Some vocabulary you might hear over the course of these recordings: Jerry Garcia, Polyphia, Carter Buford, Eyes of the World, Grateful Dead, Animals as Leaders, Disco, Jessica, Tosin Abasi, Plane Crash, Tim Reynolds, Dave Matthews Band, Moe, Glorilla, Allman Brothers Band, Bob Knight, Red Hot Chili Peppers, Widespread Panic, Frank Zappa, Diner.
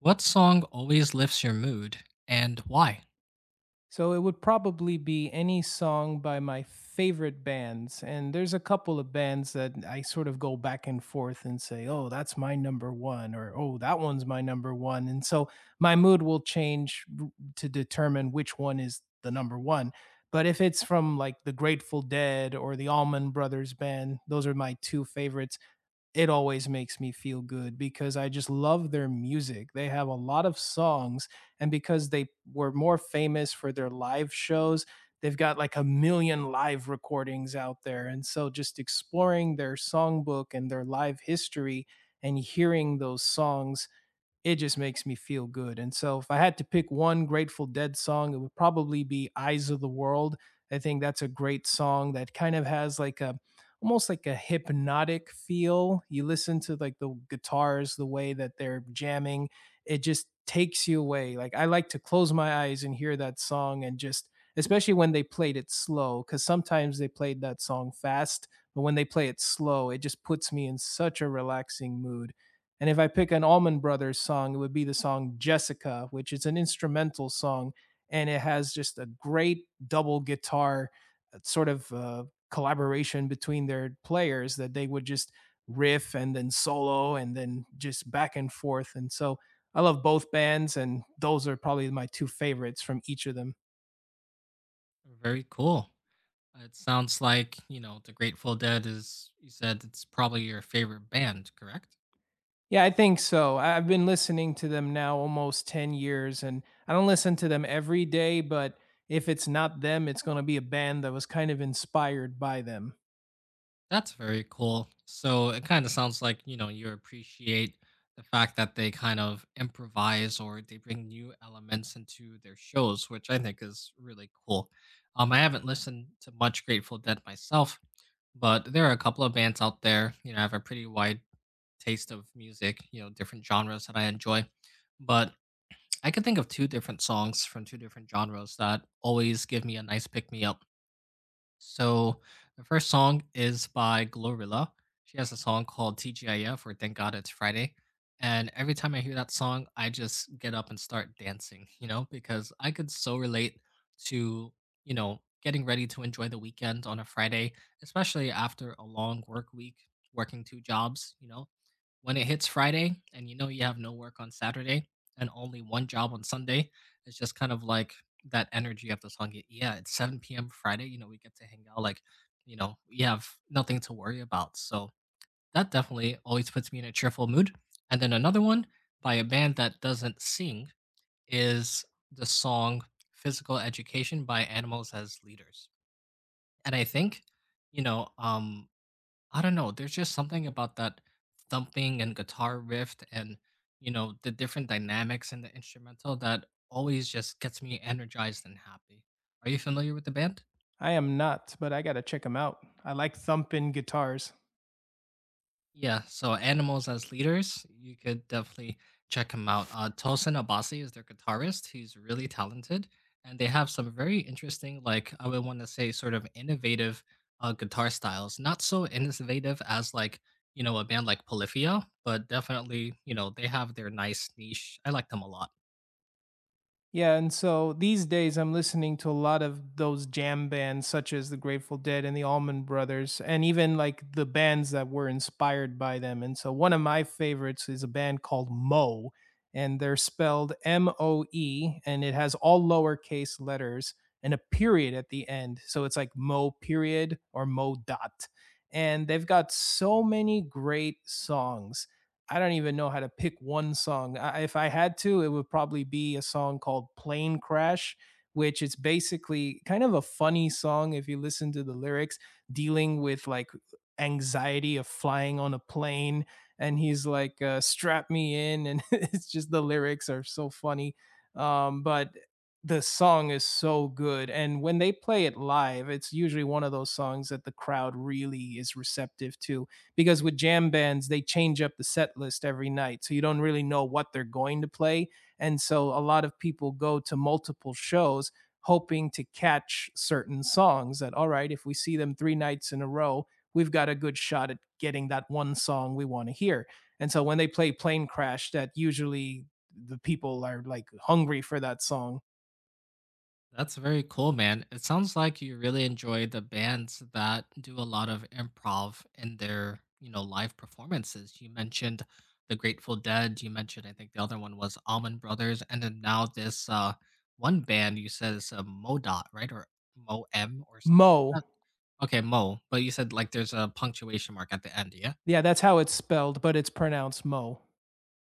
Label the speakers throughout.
Speaker 1: What song always lifts your mood and why?
Speaker 2: So it would probably be any song by my favorite bands. And there's a couple of bands that I sort of go back and forth and say, oh, that's my number one, or oh, that one's my number one. And so my mood will change to determine which one is the number one. But if it's from like the Grateful Dead or the Allman Brothers Band, those are my two favorites. It always makes me feel good because I just love their music. They have a lot of songs, and because they were more famous for their live shows, they've got like a million live recordings out there. And so just exploring their songbook and their live history and hearing those songs, it just makes me feel good. And so if I had to pick one Grateful Dead song, it would probably be Eyes of the World. I think that's a great song that kind of has like a almost like a hypnotic feel. You listen to like the guitars, the way that they're jamming, it just takes you away. Like I like to close my eyes and hear that song and just especially when they played it slow cuz sometimes they played that song fast, but when they play it slow, it just puts me in such a relaxing mood. And if I pick an Allman Brothers song, it would be the song Jessica, which is an instrumental song. And it has just a great double guitar sort of collaboration between their players that they would just riff and then solo and then just back and forth. And so I love both bands, and those are probably my two favorites from each of them.
Speaker 1: Very cool. It sounds like, you know, The Grateful Dead is, you said it's probably your favorite band, correct?
Speaker 2: Yeah, I think so. I've been listening to them now almost 10 years, and I don't listen to them every day, but if it's not them, it's going to be a band that was kind of inspired by them.
Speaker 1: That's very cool. So it kind of sounds like, you know, you appreciate the fact that they kind of improvise or they bring new elements into their shows, which I think is really cool. I haven't listened to much Grateful Dead myself, but there are a couple of bands out there. You know, I have a pretty wide taste of music, you know, different genres that I enjoy. But I can think of two different songs from two different genres that always give me a nice pick me up. So the first song is by Glorilla. She has a song called TGIF or Thank God It's Friday. And every time I hear that song, I just get up and start dancing, you know, because I could so relate to, you know, getting ready to enjoy the weekend on a Friday, especially after a long work week, working two jobs, you know. When it hits Friday and you know you have no work on Saturday and only one job on Sunday, it's just kind of like that energy of the song. Yeah, it's 7 p.m. Friday. You know, we get to hang out. Like, you know, we have nothing to worry about. So that definitely always puts me in a cheerful mood. And then another one by a band that doesn't sing is the song Physical Education by Animals as Leaders. And I think, you know, I don't know. There's just something about that thumping and guitar riff and, you know, the different dynamics in the instrumental that always just gets me energized and happy. Are you familiar with the band?
Speaker 2: I am not, but I got to check them out. I like thumping guitars.
Speaker 1: Yeah, so Animals as Leaders, you could definitely check him out. Tosin Abasi is their guitarist. He's really talented, and they have some very interesting, like I would want to say, sort of innovative guitar styles. Not so innovative as like you know a band like Polyphia, but definitely you know they have their nice niche. I like them a lot.
Speaker 2: Yeah, and so these days I'm listening to a lot of those jam bands such as the Grateful Dead and the Allman Brothers and even like the bands that were inspired by them. And so one of my favorites is a band called Moe, and they're spelled Moe, and it has all lowercase letters and a period at the end. So it's like Moe period or Moe dot. And they've got so many great songs, I don't even know how to pick one song. If I had to, it would probably be a song called Plane Crash, which is basically kind of a funny song if you listen to the lyrics, dealing with like anxiety of flying on a plane. And he's like, strap me in. And it's just the lyrics are so funny. But the song is so good. And when they play it live, it's usually one of those songs that the crowd really is receptive to because with jam bands they change up the set list every night, so you don't really know what they're going to play. And so a lot of people go to multiple shows hoping to catch certain songs that, all right, if we see them three nights in a row, we've got a good shot at getting that one song we want to hear. And so when they play Plane Crash, that usually, the people are like hungry for that song.
Speaker 1: That's very cool, man. It sounds like you really enjoy the bands that do a lot of improv in their, you know, live performances. You mentioned the Grateful Dead. You mentioned, I think the other one was Almond Brothers, and then now this one band you said is a Modot, right? Or Mo M or something
Speaker 2: Mo.
Speaker 1: like that. Okay, Mo. But you said like there's a punctuation mark at the end, yeah?
Speaker 2: Yeah, that's how it's spelled, but it's pronounced Mo.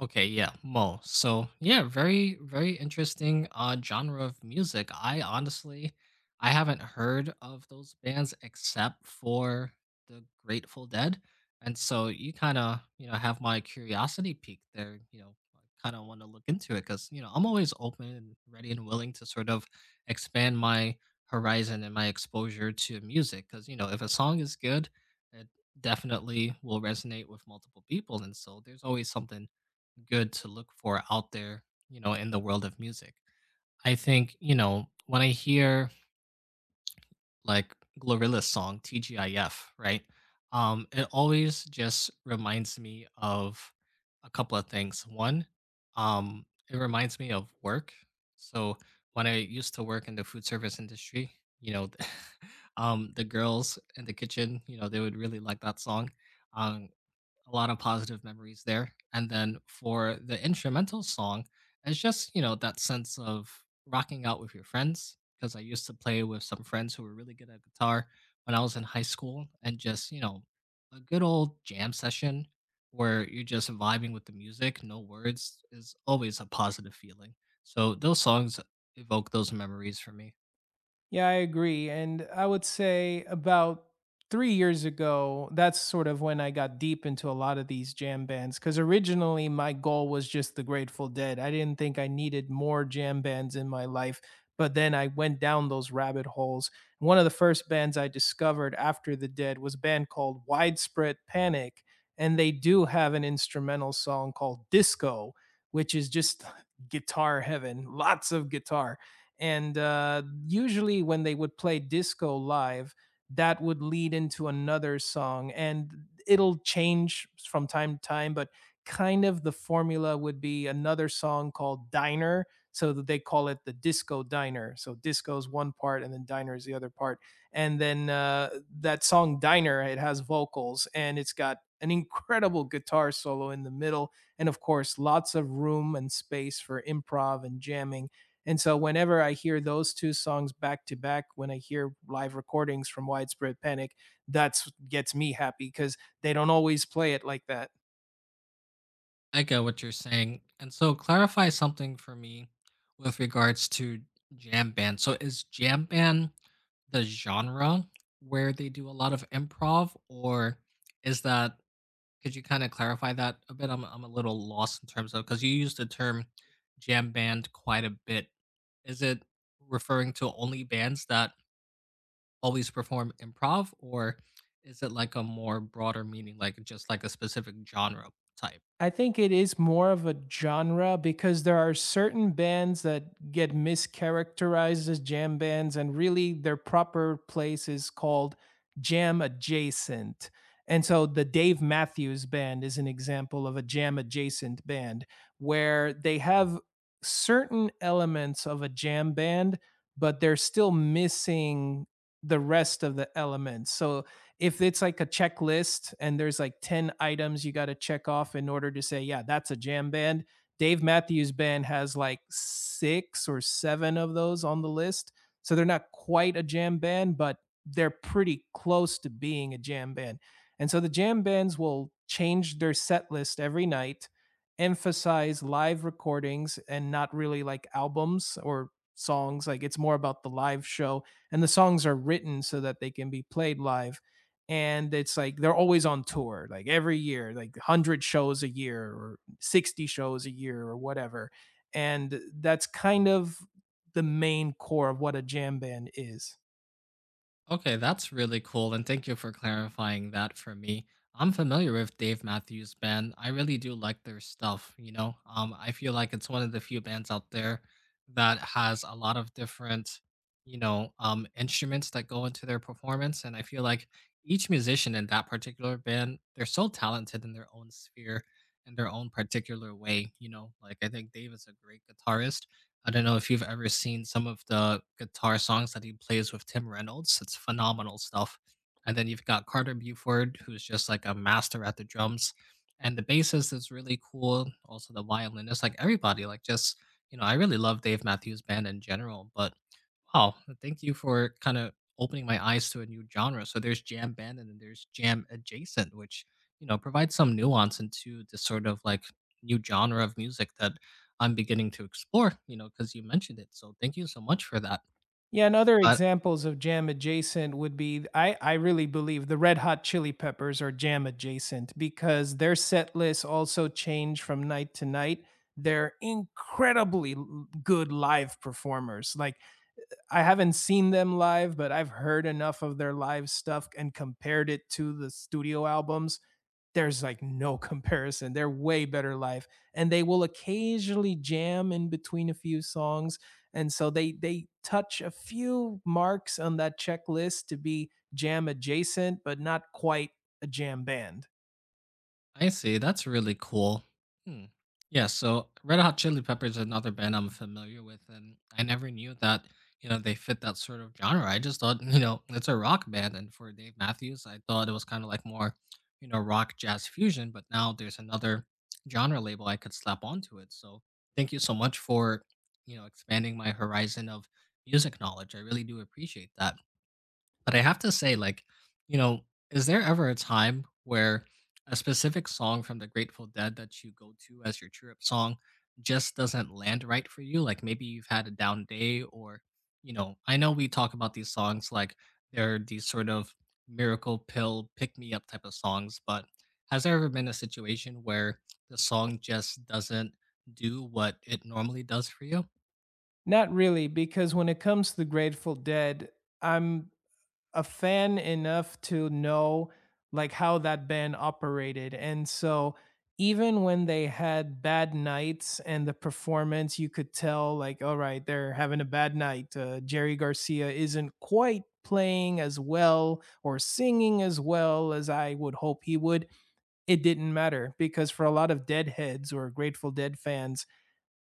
Speaker 1: Okay, yeah, Mo. So yeah, very, very interesting genre of music. I haven't heard of those bands except for the Grateful Dead. And so you kind of, you know, have my curiosity piqued there, you know, kind of want to look into it because, you know, I'm always open and ready and willing to sort of expand my horizon and my exposure to music. Because, you know, if a song is good, it definitely will resonate with multiple people. And so there's always something good to look for out there, you know, in the world of music. I think, you know, when I hear like Glorilla's song TGIF, right? It always just reminds me of a couple of things. One, it reminds me of work. So when I used to work in the food service industry, you know, the girls in the kitchen, you know, they would really like that song. Um, a lot of positive memories there. And then for the instrumental song, it's just, you know, that sense of rocking out with your friends because I used to play with some friends who were really good at guitar when I was in high school and just, you know, a good old jam session where you're just vibing with the music, no words is always a positive feeling. So those songs evoke those memories for me.
Speaker 2: Yeah, I agree. And I would say about 3 years ago, that's sort of when I got deep into a lot of these jam bands. Because originally, my goal was just the Grateful Dead. I didn't think I needed more jam bands in my life. But then I went down those rabbit holes. One of the first bands I discovered after the Dead was a band called Widespread Panic. And they do have an instrumental song called Disco, which is just guitar heaven, lots of guitar, and usually, when they would play Disco live, that would lead into another song, and it'll change from time to time. But kind of the formula would be another song called Diner. So that they call it the Disco Diner. So Disco is one part, and then Diner is the other part. And then that song Diner, it has vocals, and it's got an incredible guitar solo in the middle, and of course, lots of room and space for improv and jamming. And so whenever I hear those two songs back to back, when I hear live recordings from Widespread Panic, that's what gets me happy because they don't always play it like that.
Speaker 1: I get what you're saying. And so clarify something for me with regards to jam band. So is jam band the genre where they do a lot of improv or is that could you kind of clarify that a bit? I'm a little lost in terms of because you use the term jam band quite a bit. Is it referring to only bands that always perform improv or is it like a more broader meaning like just like a specific genre type?
Speaker 2: I think it is more of a genre because there are certain bands that get mischaracterized as jam bands, and really their proper place is called jam adjacent. And so the Dave Matthews Band is an example of a jam adjacent band where they have certain elements of a jam band, but they're still missing the rest of the elements. So if it's like a checklist and there's like 10 items you got to check off in order to say, yeah, that's a jam band. Dave Matthews Band has like six or seven of those on the list. So they're not quite a jam band, but they're pretty close to being a jam band. And so the jam bands will change their set list every night, emphasize live recordings and not really like albums or songs. Like it's more about the live show. And the songs are written so that they can be played live, and it's like they're always on tour, like every year like 100 shows a year or 60 shows a year or whatever. And that's kind of the main core of what a jam band is.
Speaker 1: Okay, that's really cool, and thank you for clarifying that for me. I'm familiar with Dave Matthews Band. I really do like their stuff, you know. I feel like it's one of the few bands out there that has a lot of different, you know, instruments that go into their performance, and I feel like each musician in that particular band, they're so talented in their own sphere, in their own particular way, you know. Like I think Dave is a great guitarist I don't know if you've ever seen some of the guitar songs that he plays with Tim Reynolds. It's phenomenal stuff. And then you've got Carter Buford, who's just like a master at the drums. And the bassist is really cool. Also, the violinist, like everybody, like just, you know, I really love Dave Matthews Band in general. But wow, thank you for kind of opening my eyes to a new genre. So there's jam band and then there's jam adjacent, which, you know, provides some nuance into this sort of like new genre of music that I'm beginning to explore, you know, because you mentioned it. So thank you so much for that.
Speaker 2: Yeah, and other
Speaker 1: But
Speaker 2: examples of jam adjacent would be, I really believe the Red Hot Chili Peppers are jam adjacent because their set lists also change from night to night. They're incredibly good live performers. Like, I haven't seen them live, but I've heard enough of their live stuff and compared it to the studio albums. There's like no comparison. They're way better live, and they will occasionally jam in between a few songs, and so they touch a few marks on that checklist to be jam adjacent, but not quite a jam band.
Speaker 1: I see, that's really cool. Hmm. Yeah, so Red Hot Chili Peppers is another band I'm familiar with, and I never knew that, you know, they fit that sort of genre. I just thought, you know, it's a rock band. And for Dave Matthews, I thought it was kind of like more, you know, rock jazz fusion, but now there's another genre label I could slap onto it. So thank you so much for, you know, expanding my horizon of music knowledge. I really do appreciate that. But I have to say, like, you know, is there ever a time where a specific song from the Grateful Dead that you go to as your cheer up song just doesn't land right for you? Like maybe you've had a down day, or, you know, I know we talk about these songs like they're these sort of miracle pill pick me up type of songs, but has there ever been a situation where the song just doesn't do what it normally does for you?
Speaker 2: Not really, because when it comes to the Grateful Dead, I'm a fan enough to know like how that band operated. And so even when they had bad nights and the performance, you could tell like, all right, they're having a bad night. Jerry Garcia isn't quite playing as well or singing as well as I would hope he would. It didn't matter because for a lot of Deadheads or Grateful Dead fans,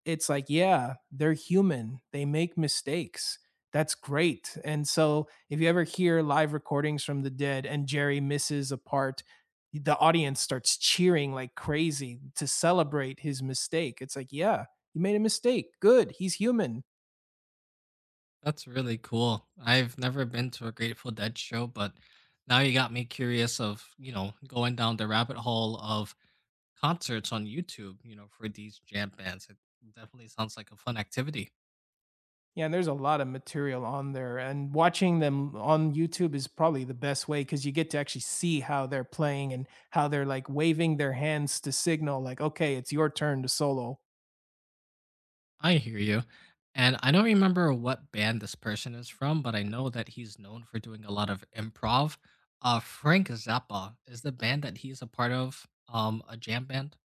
Speaker 2: it's like, yeah, they're human. They make mistakes. That's great. And so if you ever hear live recordings from the Dead and Jerry misses a part, the audience starts cheering like crazy to celebrate his mistake. It's like, yeah, you made a mistake. Good. He's human.
Speaker 1: That's really cool. I've never been to a Grateful Dead show, but now you got me curious of, you know, going down the rabbit hole of concerts on YouTube, you know, for these jam bands. It definitely sounds like a fun activity.
Speaker 2: Yeah, and there's a lot of material on there. And watching them on YouTube is probably the best way because you get to actually see how they're playing and how they're like waving their hands to signal, like, okay, it's your turn to solo.
Speaker 1: I hear you. And I don't remember what band this person is from, but I know that he's known for doing a lot of improv. Frank Zappa is the band that he's a part of, a jam band.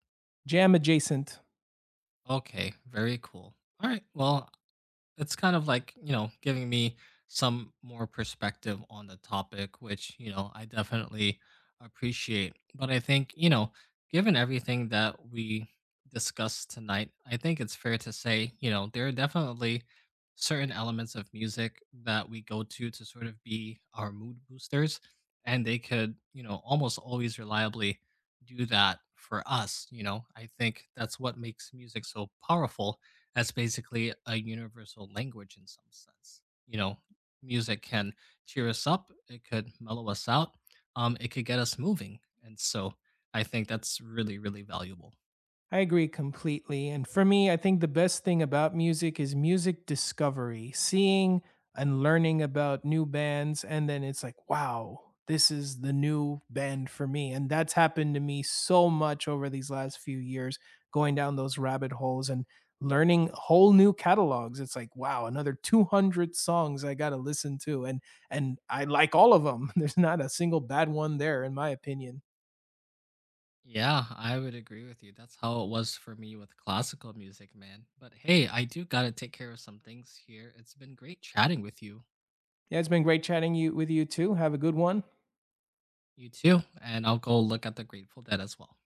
Speaker 2: Jam adjacent.
Speaker 1: Okay, very cool. All right. Well, it's kind of like you know giving me some more perspective on the topic which you know I definitely appreciate but I think you know given everything that we discussed tonight I think it's fair to say you know there are definitely certain elements of music that we go to sort of be our mood boosters and they could you know almost always reliably do that for us you know I think that's what makes music so powerful as basically a universal language in some sense. You know, music can cheer us up, it could mellow us out, it could get us moving. And so I think that's really, really valuable.
Speaker 2: I agree completely. And for me, I think the best thing about music is music discovery, seeing and learning about new bands. And then it's like, wow, this is the new band for me. And that's happened to me so much over these last few years, going down those rabbit holes and learning whole new catalogs. It's like, wow, another 200 songs I got to listen to. And I like all of them. There's not a single bad one there, in my opinion.
Speaker 1: Yeah, I would agree with you. That's how it was for me with classical music, man. But hey, I do got to take care of some things here. It's been great chatting with you.
Speaker 2: Yeah, it's been great chatting you with you too. Have a good one.
Speaker 1: You too. And I'll go look at the Grateful Dead as well.